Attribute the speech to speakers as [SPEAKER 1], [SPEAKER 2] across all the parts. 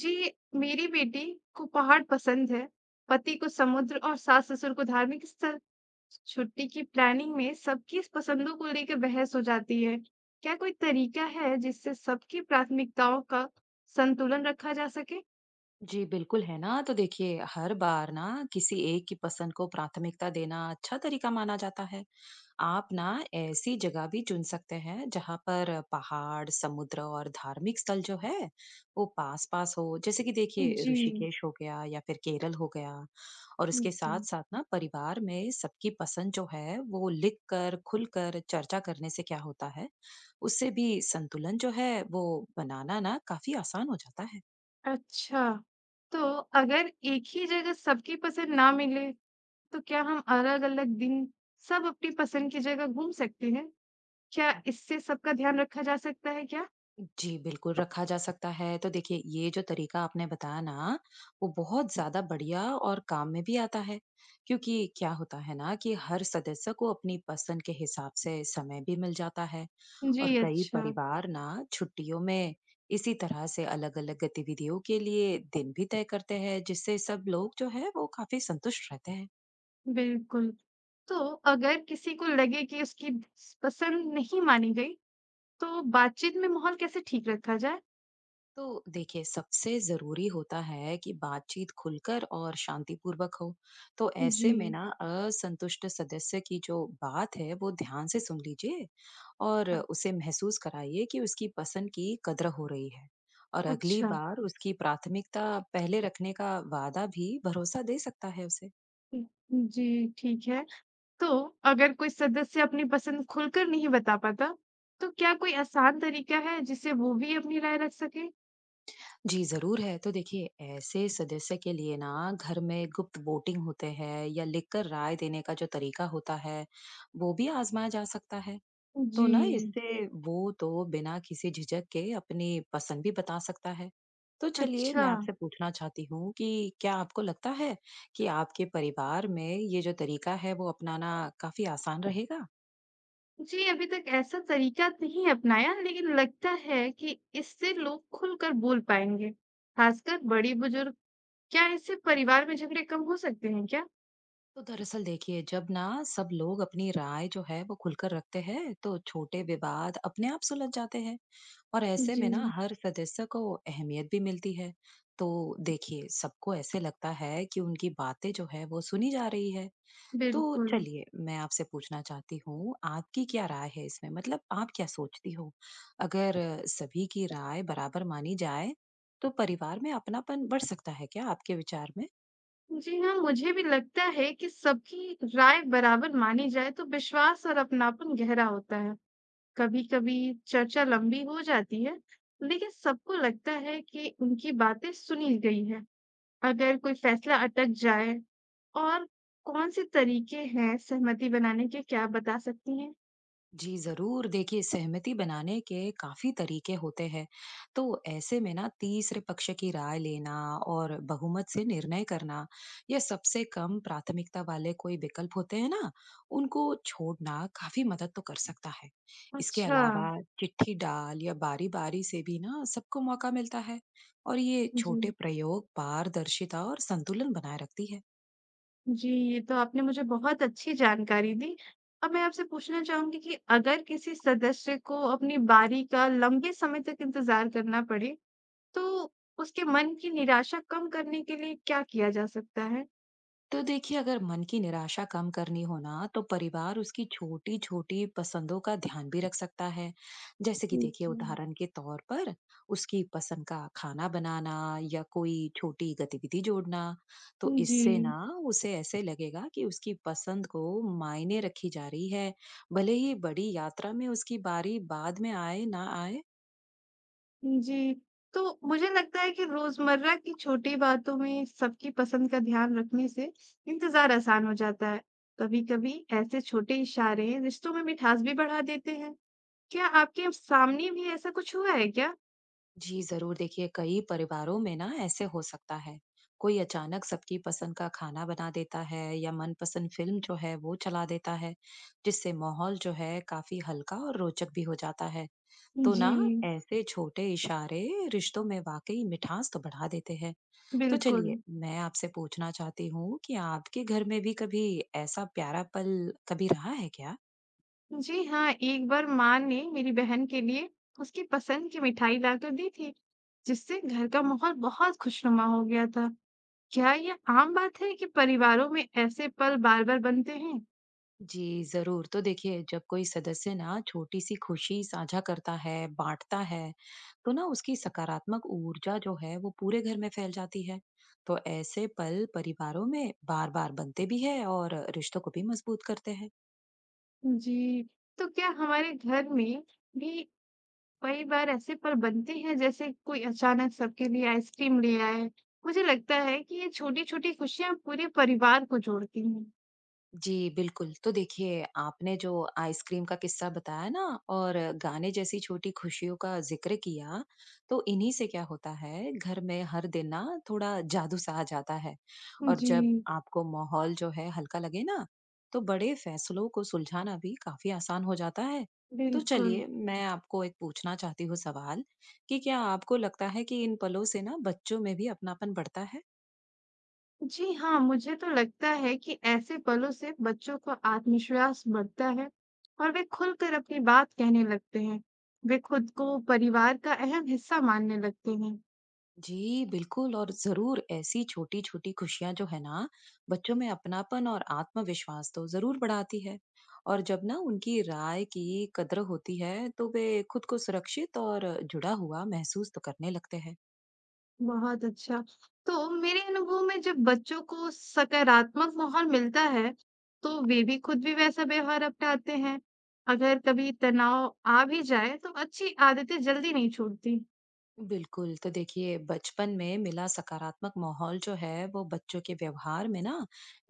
[SPEAKER 1] जी, मेरी बेटी को पहाड़ पसंद है, पति को समुद्र और सास-ससुर को धार्मिक स्थल। छुट्टी की प्लानिंग में सबकी इस पसंदों को लेकर बहस हो जाती है। क्या कोई तरीका है जिससे सबकी प्राथमिकताओं का संतुलन रखा जा सके?
[SPEAKER 2] जी, बिल्कुल है ना। तो देखिए, हर बार ना किसी एक की पसंद को प्राथमिकता देना अच्छा तरीका माना जाता है। आप ना ऐसी जगह भी चुन सकते हैं जहाँ पर पहाड़, समुद्र और धार्मिक स्थल जो है, वो पास-पास हो। जैसे कि देखिए
[SPEAKER 1] जी,
[SPEAKER 2] ऋषिकेश हो गया या फिर केरल हो गया। और उसके
[SPEAKER 1] जी।
[SPEAKER 2] साथ-साथ ना परिवार में सबकी पसंद जो है, वो लिख कर, खुलकर चर्चा करने से क्या होता है, उससे भी संतुलन जो है, वो बनाना ना काफ़ी आसान हो जाता है।
[SPEAKER 1] अच्छा, तो अगर एक ही जगह सबकी पसंद ना मिले, तो क्या हम अलग-अलग दिन सब अपनी पसंद की जगह घूम सकते हैं? क्या इससे सबका ध्यान रखा जा सकता है क्या?
[SPEAKER 2] जी, बिल्कुल रखा जा सकता है। तो देखिए ये जो तरीका आपने बताया ना, वो बहुत ज़्यादा बढ़िया और काम में भी आता है। क्योंकि क्या होता है ना कि हर सदस्य को अपनी पसंद के हिसाब से समय भी मिल जाता है। और
[SPEAKER 1] जी,
[SPEAKER 2] कई
[SPEAKER 1] अच्छा।
[SPEAKER 2] परिवार ना छुट्टियों में इसी तरह से अलग-अलग गतिविधियों के लिए दिन भी तय करते हैं, जिससे सब लोग जो है वो काफ़ी संतुष्ट रहते हैं।
[SPEAKER 1] बिल्कुल। तो अगर किसी को लगे कि उसकी स पसंद नहीं मानी गई, तो बातचीत में माहौल कैसे ठीक रखा जाए?
[SPEAKER 2] तो देखिए सबसे जरूरी होता है कि बातचीत खुलकर और शांतिपूर्वक हो। तो
[SPEAKER 1] जी।
[SPEAKER 2] ऐसे में ना असंतुष्ट सदस्य की जो बात है वो ध्यान से सुन लीजिए और
[SPEAKER 1] अ,
[SPEAKER 2] उसे महसूस कराइए कि उसकी पसंद की कद्र हो रही है, और अगली
[SPEAKER 1] अच्छा।
[SPEAKER 2] बार उसकी प्राथमिकता पहले रखने का वादा भी भरोसा दे सकता है उसे।
[SPEAKER 1] जी, ठीक है। तो अगर कोई सदस्य अपनी पसंद खुलकर नहीं बता पाता, तो क्या कोई आसान तरीका है जिससे वो भी अपनी राय रख सके?
[SPEAKER 2] जी जरूर है। तो देखिए ऐसे सदस्य के लिए ना घर में गुप्त वोटिंग होते हैं या लिखकर राय देने का जो तरीका होता है वो भी आजमाया जा सकता है। तो
[SPEAKER 1] जी।
[SPEAKER 2] ना इससे वो तो बिना किसी झिझक के अपनी पसंद भी बता सकता है। तो चलिए
[SPEAKER 1] अच्छा।
[SPEAKER 2] मैं आपसे पूछना चाहती हूँ कि क्या आपको लगता है कि आपके परिवार में ये जो तरीका है वो अपनाना काफी आसान रहेगा?
[SPEAKER 1] जी, अभी तक ऐसा तरीका नहीं अपनाया, लेकिन लगता है कि इससे लोग खुलकर बोल पाएँगे, खासकर बड़े बुजुर्ग। क्या इससे परिवार में झगड़े कम हो सकते हैं क्या?
[SPEAKER 2] तो दरअसल देखिए, जब ना सब लोग अपनी राय जो है वो खुलकर रखते हैं तो छोटे विवाद अपने आप सुलझ जाते हैं, और ऐसे
[SPEAKER 1] जी
[SPEAKER 2] में ना हर सदस्य को अहमियत भी मिलती है। तो देखिए सबको ऐसे लगता है कि उनकी बातें जो है वो सुनी जा रही है। तो
[SPEAKER 1] बिल्कुल।
[SPEAKER 2] चलिए मैं आपसे पूछना चाहती हूँ, आपकी क्या राय है इसमें, मतलब आप क्या सोचती हो, अगर सभी की राय बराबर मानी जाए तो परिवार में अपनापन बढ़ सकता है क्या आपके विचार में?
[SPEAKER 1] जी हाँ, मुझे भी लगता है कि सबकी राय बराबर मानी जाए तो विश्वास और अपनापन गहरा होता है। कभी-कभी चर्चा लंबी हो जाती है, लेकिन सबको लगता है कि उनकी बातें सुनी गई है। अगर कोई फैसला अटक जाए और कौन से तरीके हैं सहमति बनाने के, क्या आप बता सकती हैं?
[SPEAKER 2] जी जरूर, देखिए सहमति बनाने के काफी तरीके होते हैं। तो ऐसे में ना तीसरे पक्ष की राय लेना और बहुमत से निर्णय करना, या सबसे कम प्राथमिकता वाले कोई विकल्प होते हैं ना, उनको छोड़ना काफी मदद तो कर सकता है। इसके
[SPEAKER 1] अच्छा।
[SPEAKER 2] अलावा चिट्ठी डाल या बारी बारी से भी ना सबको मौका मिलता है, और ये छोटे
[SPEAKER 1] जी।
[SPEAKER 2] प्रयोग पारदर्शिता और संतुलन बनाए रखती है।
[SPEAKER 1] जी, ये तो आपने मुझे बहुत अच्छी जानकारी दी। अब मैं आपसे पूछना चाहूँगी कि अगर किसी सदस्य को अपनी बारी का लंबे समय तक इंतज़ार करना पड़े, तो उसके मन की निराशा कम करने के लिए क्या किया जा सकता है?
[SPEAKER 2] तो देखिए अगर मन की निराशा कम करनी हो ना तो परिवार उसकी छोटी छोटी पसंदों का ध्यान भी रख सकता है। जैसे कि देखिए
[SPEAKER 1] जी।
[SPEAKER 2] उदाहरण के तौर पर, उसकी पसंद का खाना बनाना या कोई छोटी गतिविधि जोड़ना। तो
[SPEAKER 1] जी,
[SPEAKER 2] इससे ना उसे ऐसे लगेगा कि उसकी पसंद को मायने रखी जा रही है, भले ही बड़ी यात्रा में उसकी बारी बाद में आए ना आए।
[SPEAKER 1] जी। तो मुझे लगता है कि रोज़मर्रा की छोटी बातों में सबकी पसंद का ध्यान रखने से इंतज़ार आसान हो जाता है। कभी-कभी ऐसे छोटे इशारे रिश्तों में मिठास भी बढ़ा देते हैं। क्या आपके सामने भी ऐसा कुछ हुआ है क्या?
[SPEAKER 2] जी जरूर, देखिए कई परिवारों में ना ऐसे हो सकता है, कोई अचानक सबकी पसंद का खाना बना देता है या मनपसंद फिल्म जो है वो चला देता है, जिससे माहौल जो है काफी हल्का और रोचक भी हो जाता है। तो ना
[SPEAKER 1] जी,
[SPEAKER 2] ऐसे छोटे इशारे रिश्तों में वाकई मिठास तो बढ़ा देते हैं। तो
[SPEAKER 1] बिल्कुल।
[SPEAKER 2] चलिए मैं आपसे पूछना चाहती हूँ कि आपके घर में भी कभी ऐसा प्यारा पल कभी रहा है क्या?
[SPEAKER 1] जी हाँ, एक बार माँ ने मेरी बहन के लिए उसकी पसंद की मिठाई लाकर दी थी, जिससे घर का माहौल बहुत खुशनुमा हो गया था। क्या यह आम बात है कि परिवारों में ऐसे पल बार-बार बनते हैं?
[SPEAKER 2] जी, ज़रूर। तो देखिए, जब कोई सदस्य ना छोटी-सी खुशी साझा करता है, बाँटता है, तो ना उसकी सकारात्मक ऊर्जा जो है, वो पूरे घर में फैल जाती है। तो ऐसे पल परिवारों में बार-बार बनते भी है और रिश्तों को भी मजबूत करते हैं।
[SPEAKER 1] जी। तो क्या हमारे घर में भी कई बार ऐसे पल बनते हैं जैसे कोई अचानक सबके लिए आइसक्रीम ले आए? मुझे लगता है कि ये छोटी-छोटी खुशियाँ पूरे परिवार को जोड़ती हैं।
[SPEAKER 2] जी, बिल्कुल। तो देखिए, आपने जो आइसक्रीम का किस्सा बताया ना और गाने जैसी छोटी खुशियों का ज़िक्र किया, तो इन्हीं से क्या होता है, घर में हर दिन ना थोड़ा जादू-सा आ जाता है। और
[SPEAKER 1] जी,
[SPEAKER 2] जब आपको माहौल जो है हल्का लगे ना, तो बड़े फ़ैसलों को सुलझाना भी काफ़ी आसान हो जाता है। तो
[SPEAKER 1] बिल्कुल।
[SPEAKER 2] चलिए, मैं आपको एक पूछना चाहती हूँ सवाल, कि क्या आपको लगता है कि इन पलों से ना बच्चों में भी अपनापन बढ़ता है?
[SPEAKER 1] जी हाँ, मुझे तो लगता है कि ऐसे पलों से बच्चों का आत्मविश्वास बढ़ता है और वे खुलकर अपनी बात कहने लगते हैं। वे खुद को परिवार का अहम हिस्सा मानने लगते हैं।
[SPEAKER 2] जी, बिल्कुल। और ज़रूर ऐसी छोटी-छोटी खुशियाँ जो है ना, बच्चों में अपनापन और आत्मविश्वास तो ज़रूर बढ़ाती है। और जब ना उनकी राय की कद्र होती है, तो वे खुद को सुरक्षित और जुड़ा हुआ महसूस तो करने लगते हैं।
[SPEAKER 1] बहुत अच्छा। तो मेरे अनुभव में जब बच्चों को सकारात्मक माहौल मिलता है, तो वे भी खुद भी वैसा व्यवहार अपनाते हैं। अगर कभी तनाव आ भी जाए, तो अच्छी आदतें जल्दी नहीं छूटती।
[SPEAKER 2] बिल्कुल, तो देखिए बचपन में मिला सकारात्मक माहौल जो है, वो बच्चों के व्यवहार में ना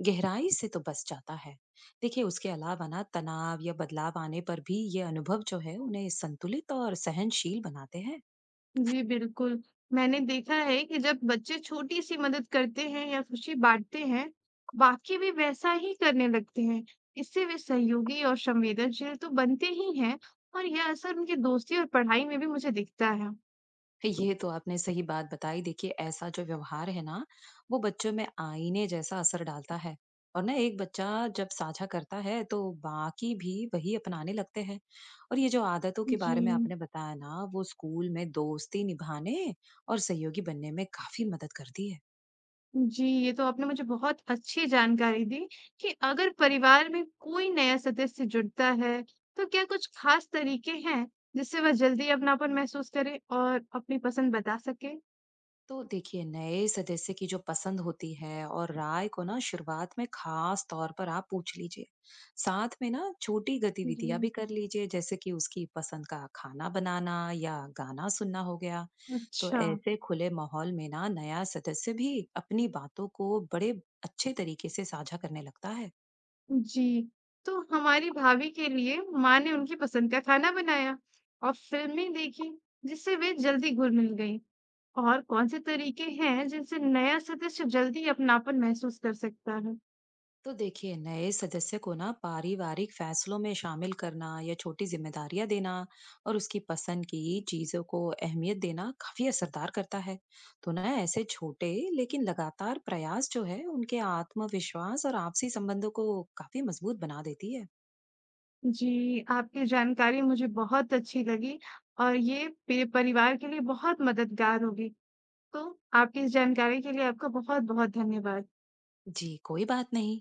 [SPEAKER 2] गहराई से तो बस जाता है। देखिए उसके अलावा ना तनाव या बदलाव आने पर भी ये अनुभव जो है, उन्हें संतुलित और सहनशील बनाते हैं।
[SPEAKER 1] जी, बिल्कुल। मैंने देखा है कि जब बच्चे छोटी-सी मदद करते हैं या खुशी बाँटते हैं, बाकी भी वैसा ही करने लगते हैं। इससे वे सहयोगी और संवेदनशील तो बनते ही हैं और यह असर उनकी दोस्ती और पढ़ाई में भी मुझे दिखता है।
[SPEAKER 2] ये तो आपने सही बात बताई। देखिए, ऐसा जो व्यवहार है ना, वो बच्चों में आईने जैसा असर डालता है। और ना एक बच्चा जब साझा करता है, तो बाकी भी वही अपनाने लगते हैं। और ये जो आदतों के
[SPEAKER 1] जी।
[SPEAKER 2] बारे में आपने बताया ना, वो स्कूल में दोस्ती निभाने और सहयोगी बनने में काफ़ी मदद करती है।
[SPEAKER 1] जी, ये तो आपने मुझे बहुत अच्छी जानकारी दी कि अगर परिवार में कोई नया सदस्य जुड़ता है, तो क्या कुछ खास तरीके हैं जिससे वह जल्दी अपनापन महसूस करे और अपनी पसंद बता सके?
[SPEAKER 2] तो देखिए नए सदस्य की जो पसंद होती है और राय को ना शुरुआत में खास तौर पर आप पूछ लीजिए। साथ में ना छोटी गतिविधियां भी
[SPEAKER 1] जी,
[SPEAKER 2] कर लीजिए, जैसे कि उसकी पसंद का खाना बनाना या गाना सुनना हो गया। तो
[SPEAKER 1] अच्छा।
[SPEAKER 2] ऐसे खुले माहौल में ना नया सदस्य भी अपनी बातों को बड़े अच्छे तरीके से साझा करने लगता है।
[SPEAKER 1] जी, तो हमारी भाभी के लिए माँ ने उनकी पसंद का खाना बनाया और फिल्में देखी जिससे वे जल्दी घुल मिल गई। और कौन से तरीके हैं जिनसे नया सदस्य जल्दी अपनापन महसूस कर सकता है?
[SPEAKER 2] तो देखिए नए सदस्य को ना पारिवारिक फैसलों में शामिल करना या छोटी जिम्मेदारियां देना और उसकी पसंद की चीजों को अहमियत देना काफी असरदार करता है। तो ना ऐसे छोटे लेकिन लगातार प्रयास जो है उनके आत्मविश्वास और आपसी संबंधों को काफी मजबूत बना देती है।
[SPEAKER 1] जी, आपकी जानकारी मुझे बहुत अच्छी लगी और ये परिवार के लिए बहुत मददगार होगी। तो आपकी इस जानकारी के लिए आपका बहुत बहुत धन्यवाद।
[SPEAKER 2] जी कोई बात नहीं।